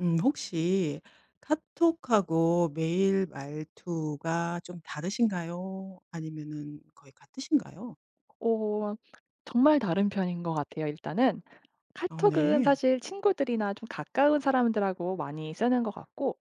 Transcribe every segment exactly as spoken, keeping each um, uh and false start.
음 혹시 카톡하고 메일 말투가 좀 다르신가요? 아니면은 거의 같으신가요? 어 정말 다른 편인 것 같아요. 일단은 아 카톡은 네. 사실 친구들이나 좀 가까운 사람들하고 많이 쓰는 것 같고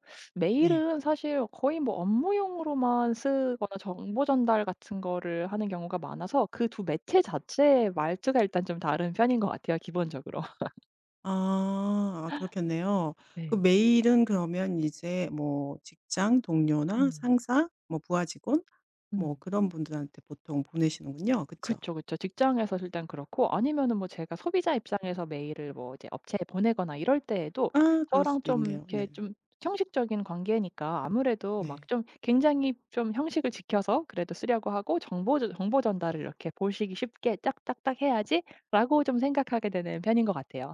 네. 메일은 사실 거의 뭐 업무용으로만 쓰거나 정보 전달 같은 거를 하는 경우가 많아서 그 두 매체 자체의 말투가 일단 좀 다른 편인 것 같아요 기본적으로. 아 아, 그렇겠네요. 그 네. 메일은 그러면 이제 뭐 직장 동료나 음. 상사, 뭐 부하 직원 뭐 음. 그런 분들한테 보통 보내시는군요. 그쵸? 그쵸, 그쵸. 직장에서 일단 그렇고 아니면은 뭐 제가 소비자 입장에서 메일을 뭐 이제 업체에 보내거나 이럴 때에도 아 그럴 저랑 수도 좀 있네요. 이렇게 네네. 좀 형식적인 관계니까 아무래도 막 네. 좀 굉장히 좀 형식을 지켜서 그래도 쓰려고 하고 정보 전 정보 전달을 이렇게 보시기 쉽게 '딱딱딱 해야지.'라고 좀 생각하게 되는 편인 것 같아요.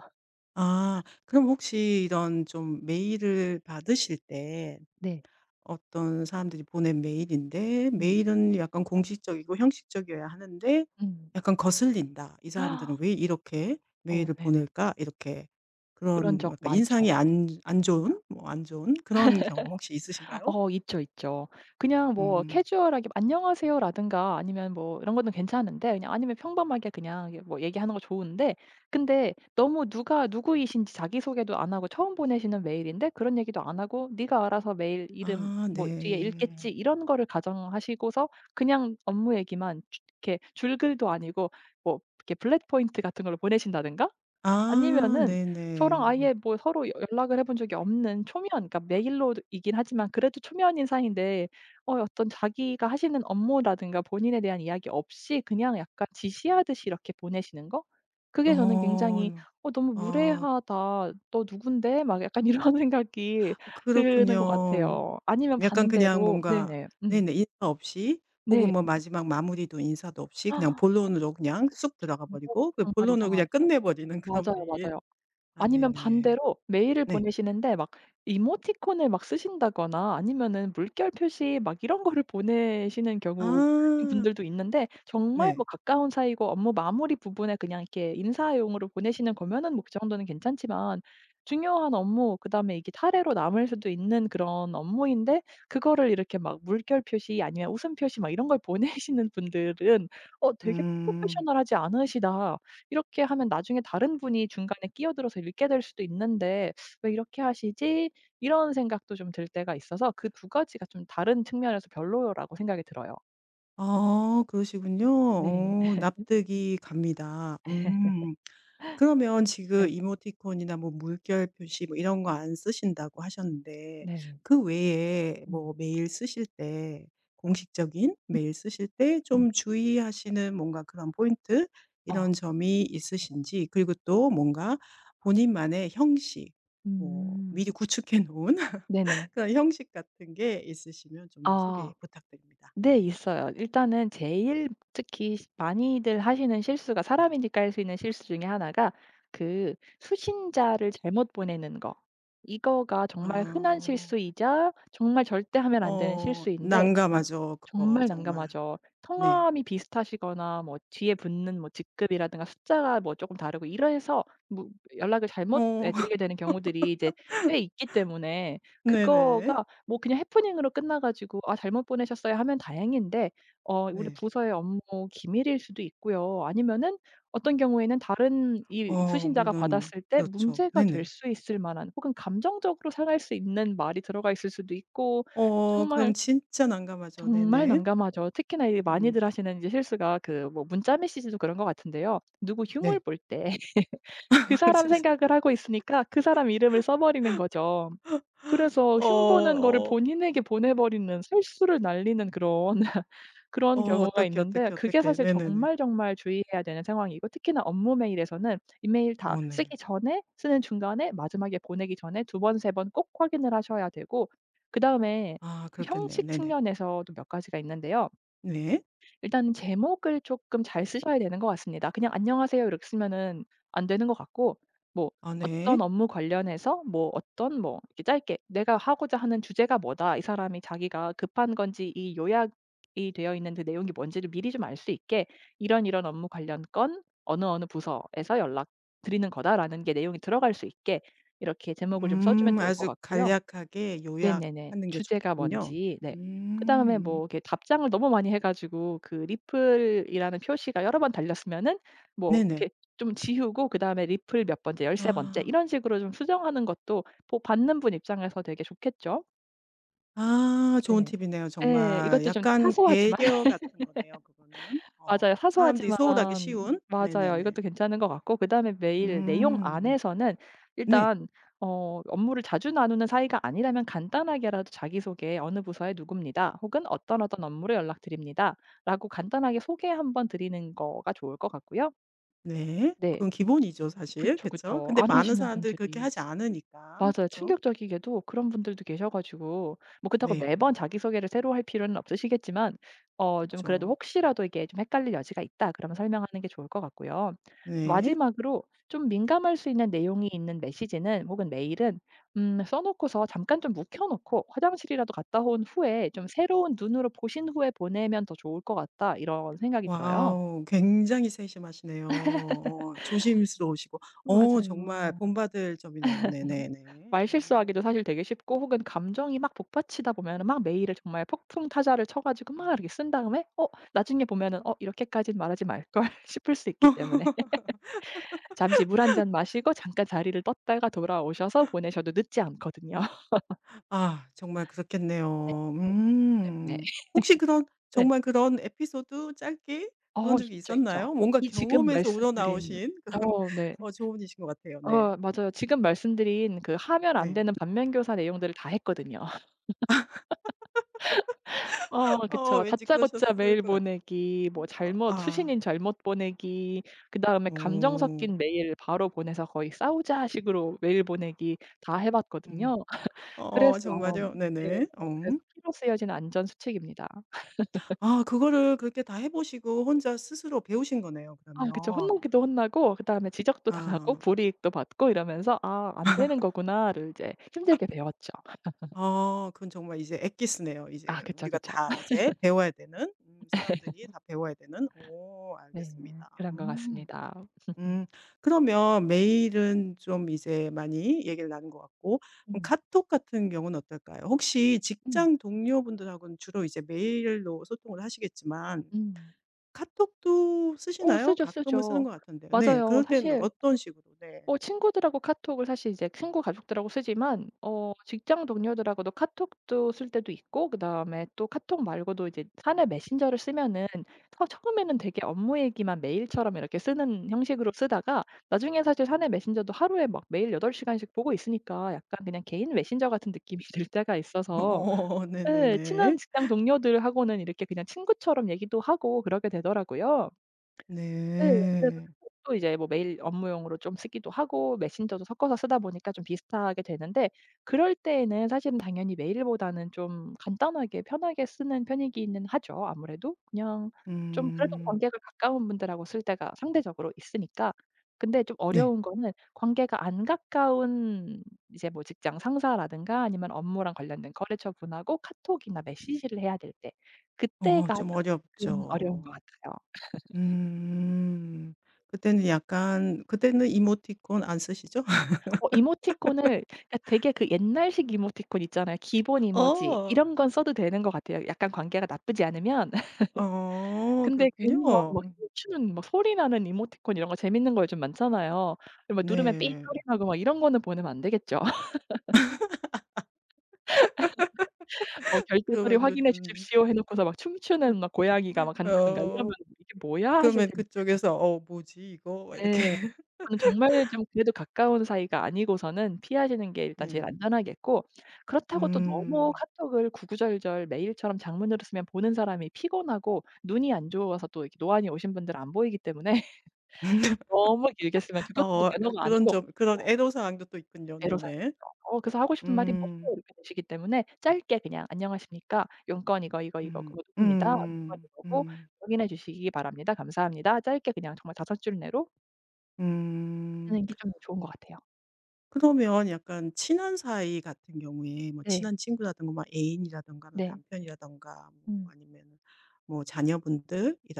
아 그럼 혹시 이런 좀 메일을 받으실 때 네. 어떤 사람들이 보낸 메일인데 음. 메일은 약간 공식적이고 형식적이어야 하는데 음. 약간 거슬린다. '이 사람들은 왜 이렇게 어 메일을 네네. 보낼까?' 이렇게 그런 그런 적 약간 인상이 많죠. 안 안 좋은 뭐 안 좋은 그런 경험 혹시 있으신가요? 어 있죠, 있죠. 그냥 뭐 음. 캐주얼하게 "안녕하세요."라든가 아니면 뭐 이런 거는 괜찮은데 그냥 아니면 평범하게 그냥 이게 뭐 얘기하는 거 좋은데 근데 너무 누가 누구이신지 자기소개도 안 하고 처음 보내시는 메일인데 그런 얘기도 안 하고 "네가 알아서 메일 이름 아 네. 뭐 뒤에 읽겠지." 음. 이런 거를 가정하시고서 그냥 업무 얘기만 주 이렇게 줄글도 아니고 뭐 이렇게 블 u 포인트 같은 걸로 보내신다든가 아 아니면은 저랑 네네. 아예 뭐 서로 여 연락을 해본 적이 없는 초면 그러니까 메일로이긴 하지만 그래도 초면인 사이인데 어 어떤 자기가 하시는 업무라든가 본인에 대한 이야기 없이 그냥 약간 지시하듯이 이렇게 보내시는 거? 그게 저는 어. 굉장히 '어 너무 아 무례하다. 너 누군데?' 막 약간 이런 생각이 드는 것 그렇군요. 같아요. 아니면 약간 그냥 반대로 뭔가 네네. 음. 네네. 인사 없이 혹은 네. 뭐 마지막 마무리도 인사도 없이 그냥 본론으로 그냥 쑥 들어가 정말 버리고 그 정말 본론으로 그냥 이상하죠. 끝내 버리는 그런 맞아요, 메일. 맞아요. 아 아니면 네네. 반대로 메일을 네. 보내시는데 막 이모티콘을 막 쓰신다거나 아니면은 물결 표시 막 이런 거를 보내시는 경우인 아. 분들도 있는데 정말 뭐 네. 가까운 사이고 업무 마무리 부분에 그냥 이렇게 인사용으로 보내시는 거면은 뭐 그 정도는 괜찮지만 중요한 업무 그다음에 이게 사례로 남을 수도 있는 그런 업무인데 그거를 이렇게 막 물결 표시 아니면 웃음 표시 막 이런 걸 보내시는 분들은 어 되게 음. 프로페셔널하지 않으시다. 이렇게 하면 나중에 다른 분이 중간에 끼어들어서 읽게 될 수도 있는데 '왜 이렇게 하시지?' 이런 생각도 좀 들 때가 있어서 그 두 가지가 좀 다른 측면에서 별로라고 생각이 들어요. 아 그러시군요. 네. 어 납득이 갑니다. 음. 그러면 지금 네. 이모티콘이나 뭐 물결 표시 뭐 이런 거 안 쓰신다고 하셨는데 네네. 그 외에 음. 뭐 메일 쓰실 때 공식적인 메일 쓰실 때 네. 좀 주의하시는 뭔가 그런 포인트 어. 이런 점이 있으신지 그리고 또 뭔가 본인만의 형식 뭐 음. 미리 구축해 놓은 네네. 그런 형식 같은 게 있으시면 좀 아. 소개 부탁드립니다. 네 네. 있어요. 일단은 제일 특히 시 많이들 하시는 실수가 사람이니까 할 수 있는 실수 중에 하나가 그 수신자를 잘못 보내는 거. 이거가 정말 흔한 아. 실수이자 정말 절대 하면 안 되는 어 실수인데 난감하죠 그거 정말 정말. 난감하죠. 네. 성함이 비슷하시거나 뭐 뒤에 붙는 뭐 직급이라든가 숫자가 뭐 조금 다르고 이래서 뭐 연락을 잘못 예 어 드리게 되는 경우들이 이제 꽤 있기 때문에 네네. 그거가 뭐 그냥 해프닝으로 끝나 가지고 '아 잘못 보내셨어요.' 하면 다행인데 어 우리 네. 부서의 업무 기밀일 수도 있고요. 아니면은 어떤 경우에는 다른 이 어 수신자가 물론 받았을 때 그렇죠. 문제가 될 네네. 수 있을 만한 혹은 감정적으로 상할 수 있는 말이 들어가 있을 수도 있고 어 정말 그럼 진짜 난감하죠. 정말 네네. 난감하죠. 특히나 이 음 많이들 하시는 이제 실수가 그 뭐 문자 메시지도 그런 것 같은데요. 누구 흉을 네. 볼 때 그 사람 생각을 하고 있으니까 그 사람 이름을 써 버리는 거죠. 그래서 어 흉보는 거를 어 본인에게 보내 버리는 실수를 날리는 그런 어 그런 경우가 어떡해, 있는데 어떡해, 그게 어떡해. 사실 네네네. 정말 정말 주의해야 되는 상황이고 특히나 업무 메일에서는 이메일 다 어 네. 쓰기 전에 쓰는 중간에 마지막에 보내기 전에 두 번 세 번 꼭 확인을 하셔야 되고 그다음에 아 그렇겠네요. 형식 네네. 측면에서도 몇 가지가 있는데요. 네. 일단 제목을 조금 잘 쓰셔야 되는 것 같습니다. 그냥 "안녕하세요." 이렇게 쓰면은 안 되는 것 같고 뭐 아 네. "어떤 업무 관련해서 뭐 어떤" 뭐 이렇게 짧게 "내가 하고자 하는 주제가 뭐다." 이 사람이 자기가 급한 건지 이 요약이 되어 있는 그 내용이 뭔지를 미리 좀 알 수 있게 "이런 이런 업무 관련 건 어느 어느 부서에서 연락드리는 거다."라는 게 내용이 들어갈 수 있게 이렇게 제목을 좀 써 주면 음 좋을 것 아주 같고요. 간략하게 네네네. 요약하는 게 주제가 좋겠군요. 뭔지 음. 네. 그다음에 뭐 음. 이렇게 답장을 너무 많이 해 가지고 그 리플이라는 표시가 여러 번 달렸으면은 뭐 네네. 이렇게 좀 지우고 그다음에 리플 몇 번째 13 번째 아. 이런 식으로 좀 수정하는 것도 보 받는 분 입장에서 되게 좋겠죠. 아 좋은 네. 팁이네요 예. 정말. 이것도 좀 약간 사소하지만 배려 같은 거네요 그거는. 어 맞아요. 사람들이 사소하지만 소홀하기 쉬운. 맞아요. 네네네. 이것도 괜찮은 것 같고 그다음에 메일 내용 음. 안에서는 네. 일단 어 업무를 자주 나누는 사이가 아니라면 간단하게라도 자기소개 "어느 부서의 누구입니다." 혹은 "어떤 어떤 업무로 연락드립니다."라고 간단하게 소개 한번 드리는 거가 좋을 것 같고요. 네. 네. 그건 기본이죠 사실. 그쵸, 그쵸? 그쵸. 근데 안 많은 하시는 사람들이 그렇게 분들이 하지 있어 않으니까. 맞아요. 그쵸? 충격적이게도 그런 분들도 계셔 가지고 뭐 그렇다고 네. 매번 어 자기소개를 새로 할 필요는 없으시겠지만 어 좀 그래도 그쵸. 혹시라도 이게 좀 헷갈릴 여지가 있다 그러면 설명하는 게 좋을 것 같고요. 네. 마지막으로 좀 민감할 수 있는 내용이 있는 메시지는 혹은 메일은 음 써 놓고서 잠깐 좀 묵혀 놓고 화장실이라도 갔다 온 후에 좀 새로운 눈으로 보신 후에 보내면 더 좋을 것 같다 이런 생각이 들어요. 와우. 굉장히 세심하시네요. 어 조심스러우시고. 어 정말 맞아요. 본받을 점이네요. 네네네. 말 어. 실수하기도 사실 되게 쉽고 혹은 감정이 막 복받치다 보면은 막 메일을 정말 폭풍 타자를 쳐 가지고 막 이렇게 쓴 다음에 어 나중에 보면은 '어 이렇게까진 말하지 말걸.' 싶을 수 있기 때문에 잠시 물 한 잔 마시고 잠깐 자리를 떴다가 돌아오셔서 보내셔도 늦지 않거든요. 아 정말 네. 그렇겠네요. 그런 것 때문에. 음. 혹시 그런 네. 정말 그런 에피소드 짧게 그런 어 적이 있죠, 있죠. 있었나요? 뭔가 이 지금 경험에서 말씀드린 우러나오신 그런 어 네. 어 조언이신 것 같아요. 네. 어 맞아요. 지금 말씀드린 그 하면 안 네. 되는 반면교사 내용들을 다 했거든요. 어 어 그쵸. 왠지 다짜고짜 그러셨을 메일 것 같아요. 보내기, 뭐 어 잘못 아. 수신인 잘못 보내기, 그다음에 감정 오. 섞인 메일 바로 보내서 거의 싸우자 식으로 메일 보내기 다 해 봤거든요. 음. 어 그래서 정말요? 네네. 네네. 그래서 어. 피로 쓰여진 안전 수칙입니다. 아 그거를 그렇게 다 해 보시고 혼자 스스로 배우신 거네요 아 그쵸. 그러면. 혼나기도 혼나고 그다음에 지적도 당하고 아. 불이익도 받고 이러면서 '아 안 되는 거구나.'를 이제 힘들게 배웠죠. 아 그건 정말 이제 엑기스네요. 이제 아 그쵸, 우리가 그쵸. 다 이제 배워야 되는 음 사람들이 다 배워야 되는. 오 네. 알겠습니다. 그런 것 음. 같습니다. 음 그러면 메일은 좀 이제 많이 얘기를 나눈 것 같고 그럼 음. 카톡 같은 경우는 어떨까요? 혹시 음. 직장 동료분들하고는 주로 이제 메일로 소통을 하시겠지만 음. 카톡도 어 쓰시나요? 쓰죠, 가끔은 쓰는 쓰죠. 것 같은데요. 네. 맞아요. 그럴 때는 사실 어떤 식으로 네. 어 친구들하고 카톡을 사실 이제 친구 가족들하고 쓰지만 어 직장 동료들하고도 카톡도 쓸 때도 있고 그다음에 또 카톡 말고도 이제 사내 메신저를 쓰면은 처 처음에는 되게 업무 얘기만 메일처럼 이렇게 쓰는 형식으로 쓰다가 나중에 사실 사내 메신저도 하루에 막 매일 여덟 시간 시간씩 보고 있으니까 약간 그냥 개인 메신저 같은 느낌이 들 때가 있어서 어 네, 친한 네네네. 직장 동료들하고는 이렇게 그냥 친구처럼 얘기도 하고 그러게 되더라고요. 네. 그래서 네. 카톡도 이제 뭐 메일 업무용으로 좀 쓰기도 하고 메신저도 섞어서 쓰다 보니까 좀 비슷하게 되는데 그럴 때에는 사실은 당연히 메일보다는 좀 간단하게 편하게 쓰는 편이기는 하죠, 아무래도. 그냥 좀 그래도 음. 관계가 가까운 분들하고 쓸 때가 상대적으로 있으니까. 근데 좀 네. 어려운 거는 관계가 안 가까운 이제 뭐 직장 상사라든가 아니면 업무랑 관련된 거래처분하고 카톡이나 메시지를 해야 될 때 어 그때가 좀 쪼끔 어려운 어렵죠. 것 같아요. 음. 그때는 약간 그때는 이모티콘 안 쓰시죠? 어 이모티콘을 그러니까 되게 그 옛날식 이모티콘 있잖아요. 기본 이모지. 어. 이런 건 써도 되는 것 같아요, 약간 관계가 나쁘지 않으면. 어 근데 괜히 막 그렇군요. 막 음 춤추는 막 소리 나는 이모티콘 이런 거 재밌는 거 요즘 많잖아요. 이 막 누르면 삐 네. 소리 나고 막 이런 거는 보내면 안 되겠죠. 뭐 "결제 서류 그러면 이제 확인해 주십시오." 해 놓고서 막 춤추는 막 고양이가 막 간다든가 이러면 어 '이게 뭐야?' 하실 그러면 그쪽에서 '어 뭐지 이거?' 막 이렇게 텐데. 저는 정말 좀 그래도 가까운 사이가 아니고서는 피하시는 게 일단 제일 네. 안전하겠고 그렇다고 또 너무 음. 카톡을 구구절절 메일처럼 장문으로 쓰면 보는 사람이 피곤하고 눈이 안 좋아서 또 이렇게 노안이 오신 분들은 안 보이기 때문에 너무 길게 쓰면 그것도 또 어 매너가 아닌 그런 것 점 그런 같아요. 애로사항도 또 있군요. 애로사항이죠. 네네. 어 그래서 하고 싶은 말이 뭔 음. 고 이렇게 되시기 때문에 짧게 그냥 "안녕하십니까. 용건 이거, 이거, 이거 음. 그거 누구입니다. 음음. 용건 음. 이거고 음. 확인해 주시기 바랍니다. 감사합니다." 짧게 그냥 정말 다섯 줄 내로 음. 쓰는 게 좀 좋은 것 같아요. 그러면 약간 친한 사이 같은 경우에 뭐 네. 친한 친구라든가 뭐 애인이라든가 뭐 네. 남편이라든가 뭐 음 아니면 뭐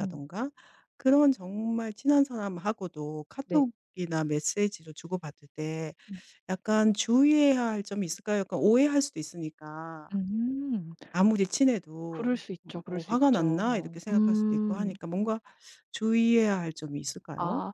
음. 그런 정말 친한 사람하고도 네. 카톡이나 메시지로 주고받을 때 네. 약간 주의해야 할 점이 있을까요? 약간 오해할 수도 있으니까 음. 아무리 친해도 그럴 수 있죠, 그럴 뭐 수 '화가 있죠. 났나?' 어. 이렇게 생각할 수도 있고 음. 하니까 뭔가 주의해야 할 점이 있을까요? 아.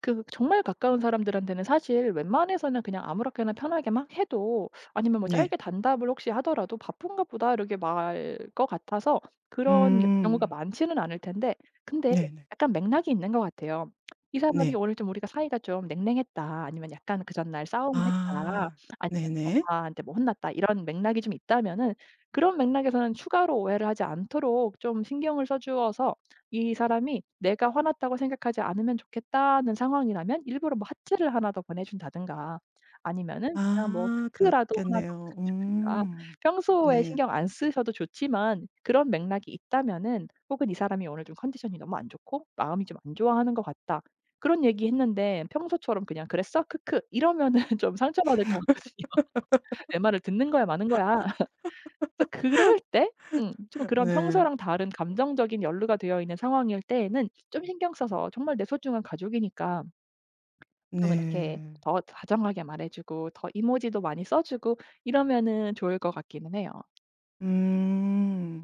그 정말 가까운 사람들한테는 사실 웬만해서는 그냥 아무렇게나 편하게 막 해도 아니면 뭐 네. 짧게 단답을 혹시 하더라도 '바쁜가 보다.' 이렇게 말 것 같아서 그런 겨 경우가 음. 많지는 않을 텐데 근데 네네. 약간 맥락이 있는 것 같아요. 이 사람이 네. "오늘 좀 우리가 사이가 좀 냉랭했다." 아니면 "약간 그 전날 싸움을 했다." 아. 아니면 "뭐 네네. "엄마한테 뭐 혼났다." 이런 맥락이 좀 있다면은 그런 맥락에서는 추가로 오해를 하지 않도록 좀 신경을 써 주어서 이 사람이 '내가 화났다고 생각하지 않으면 좋겠다.'는 상황이라면 일부러 뭐 하트를 하나 더 보내준다든가 아니면은 그냥 뭐 아 크크라도 하나 더 그렇겠네요. 보내준다든가 음. 평소에 네. 신경 안 쓰셔도 좋지만 그런 맥락이 있다면은 혹은 '이 사람이 오늘 좀 컨디션이 너무 안 좋고 마음이 좀 안 좋아하는 것 같다.' 그런 얘기했는데 평소처럼 그냥 "그랬어? 크크." 이러면은 좀 상처받을 것 같거든요. 내 말을 듣는 거야 마는 거야. 그럴 때 음 좀 그런 네. 평소랑 다른 감정적인 연루가 되어 있는 상황일 때에는 좀 신경 써서 정말 내 소중한 가족이니까 좀 이렇게 네. 더 다정하게 말해 주고 더 이모지도 많이 써 주고 이러면은 좋을 것 같기는 해요. 음.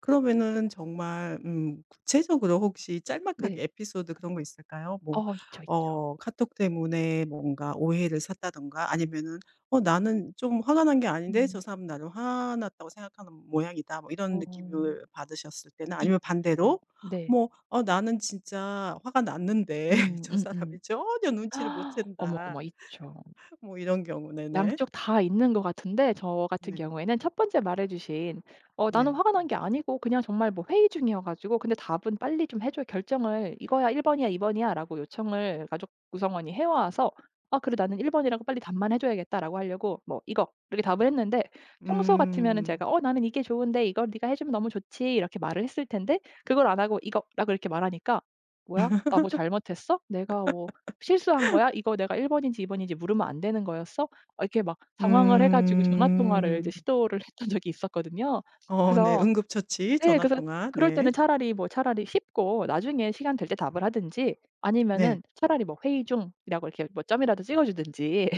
그러면은 정말 음 구체적으로 혹시 네. 짤막하게 에피소드 그런 거 있을까요? 뭐 어 있죠, 있죠. 어 카톡 때문에 뭔가 오해를 샀다든가 아니면은 '어 나는 좀 화가 난 게 아닌데 저 음. 사람은 나를 화났다고 생각하는 모양이다.' 뭐 이런 어. 느낌을 받으셨을 때나 있죠. 아니면 반대로 네. 뭐 '어 나는 진짜 화가 났는데 음 저 음음. 사람이 전혀 눈치를 못 어머, 챈다.' 어머 있죠. 뭐 이런 경우. 네네. 양쪽 다 있는 것 같은데 저 같은 네. 경우에는 첫 번째 말해 주신 어 나는 네. 화가 난 게 아니고 그냥 정말 뭐 회의 중이어 가지고 근데 답은 "빨리 좀 해 줘. 결정을 이거야. 일 번 번이야, 이 번 번이야."라고 요청을 가족 구성원이 해 와서 '아 그래 나는 일 번 번이라고 빨리 답만 해 줘야겠다.'라고 하려고 "뭐 이거." 이렇게 답을 했는데 평소 같으면은 음. 제가 "어 나는 이게 좋은데 이걸 네가 해 주면 너무 좋지." 이렇게 말을 했을 텐데 그걸 안 하고 "이거."라고 이렇게 말하니까 '뭐야? 나 뭐 잘못했어? 내가 뭐 실수한 거야? 이거 내가 일 번 번인지 이 번 번인지 물으면 안 되는 거였어?' 어 이렇게 막 당황을 해 가지고 전화 통화를 이제 음. 시도를 했던 적이 있었거든요. 어 네. 그래서 응급처치 예 전화 그래서 통화. 그럴 네. 때는 차라리 뭐 차라리 쉽고 나중에 시간 될 때 답을 하든지 아니면은 네. 차라리 뭐 "회의 중." 이라고 이렇게 뭐 점이라도 찍어 주든지.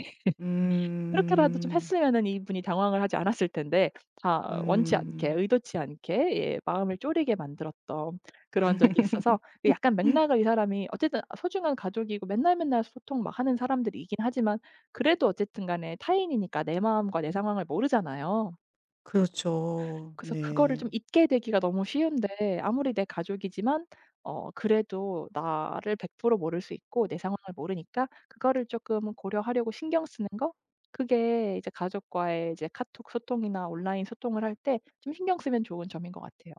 그렇게라도 좀 음. 했으면은 이분이 당황을 하지 않았을 텐데 다 원치 않게 음. 의도치 않게 예 마음을 쪼리게 만들었던 그런 적이 있어서 그 약간 맥락을 이 사람이 어쨌든 소중한 가족이고 맨날 맨날 소통 막 하는 사람들이긴 하지만 그래도 어쨌든 간에 타인이니까 내 마음과 내 상황을 모르잖아요. 그렇죠. 그래서 그거를 네. 좀 잊게 되기가 너무 쉬운데 아무리 내 가족이지만 어 그래도 나를 백 프로 모를 수 있고 내 상황을 모르니까 그거를 쪼끔 고려하려고 신경 쓰는 거? 그게 이제 가족과의 이제 카톡 소통이나 온라인 소통을 할 때 좀 신경 쓰면 좋은 점인 것 같아요.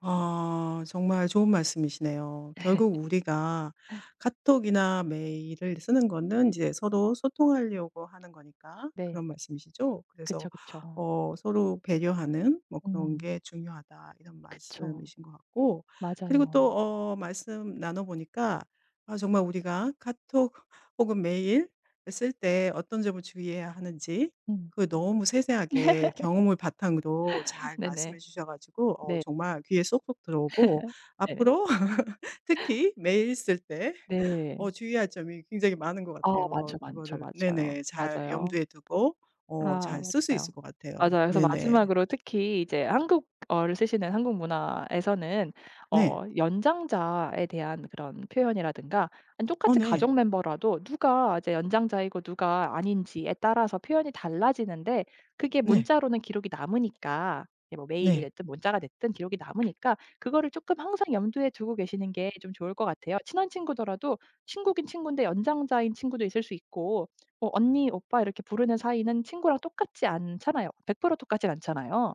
아 정말 좋은 말씀이시네요. 결국 우리가 카톡이나 메일을 쓰는 거는 이제 서로 소통하려고 하는 거니까 네. 그런 말씀이시죠? 그쵸, 그래서 그쵸. 어 서로 배려하는 뭐 그런 음. 게 중요하다 이런 그쵸. 말씀이신 것 같고 그리고 맞아요. 또 어 말씀 나눠 보니까 아 정말 우리가 카톡 혹은 메일 쓸 때 어떤 점을 주의해야 하는지 음. 그 너무 세세하게 경험을 바탕으로 잘 네네. 말씀해 주셔 가지고 어 네. 정말 귀에 쏙쏙 들어오고 네네. 앞으로 특히 메일 쓸때 네. 어 주의할 점이 굉장히 많은 것 아 많죠, 같아요. 많죠. 그거를 맞아요. 네네. 잘 맞아요. 염두에 두고 어 아 잘 쓸 수 맞아요. 있을 것 맞아요. 같아요. 그래서 네네. 마지막으로 특히 이제 한국어를 쓰시는 한국 문화에서는 네. 어 연장자에 대한 그런 표현이라든가 아니 어 똑같이 가족 네. 멤버라도 누가 이제 연장자이고 누가 아닌지에 따라서 표현이 달라지는데 그게 네. 문자로는 기록이 남으니까 이게 뭐 메일이 네. 됐든 문자가 됐든 기록이 남으니까 그거를 조금 항상 염두에 두고 계시는 게 좀 좋을 것 같아요. 친한 친구더라도 친구긴 친구인데 연장자인 친구도 있을 수 있고 어 언니, 오빠 이렇게 부르는 사이는 친구랑 똑같지 않잖아요. 백 프로 똑같진 않잖아요.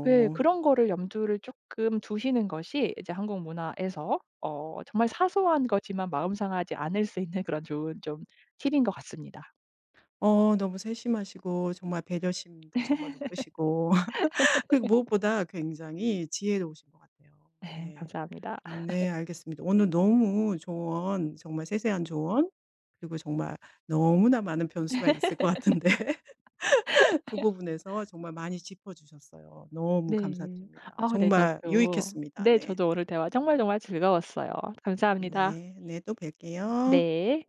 그 그런 거를 염두를 조금 두시는 것이 이제 한국 문화에서 어 정말 사소한 거지만 마음 상하지 않을 수 있는 그런 좋은 좀 팁인 것 같습니다. 어 너무 세심하시고 정말 배려심도 정말 높으시고 그리고 무엇보다 굉장히 지혜로우신 것 같아요. 네 네. 감사합니다. 네 알겠습니다. 오늘 너무 조언 정말 세세한 조언 그리고 정말 너무나 많은 변수가 있을 것 같은데 그 부분에서 정말 많이 짚어 주셨어요. 너무 네. 감사드립니다. 아 네 정말 저도 유익했습니다. 네 네. 저도 오늘 대화 정말 정말 즐거웠어요. 감사합니다. 네. 네. 또 뵐게요. 네.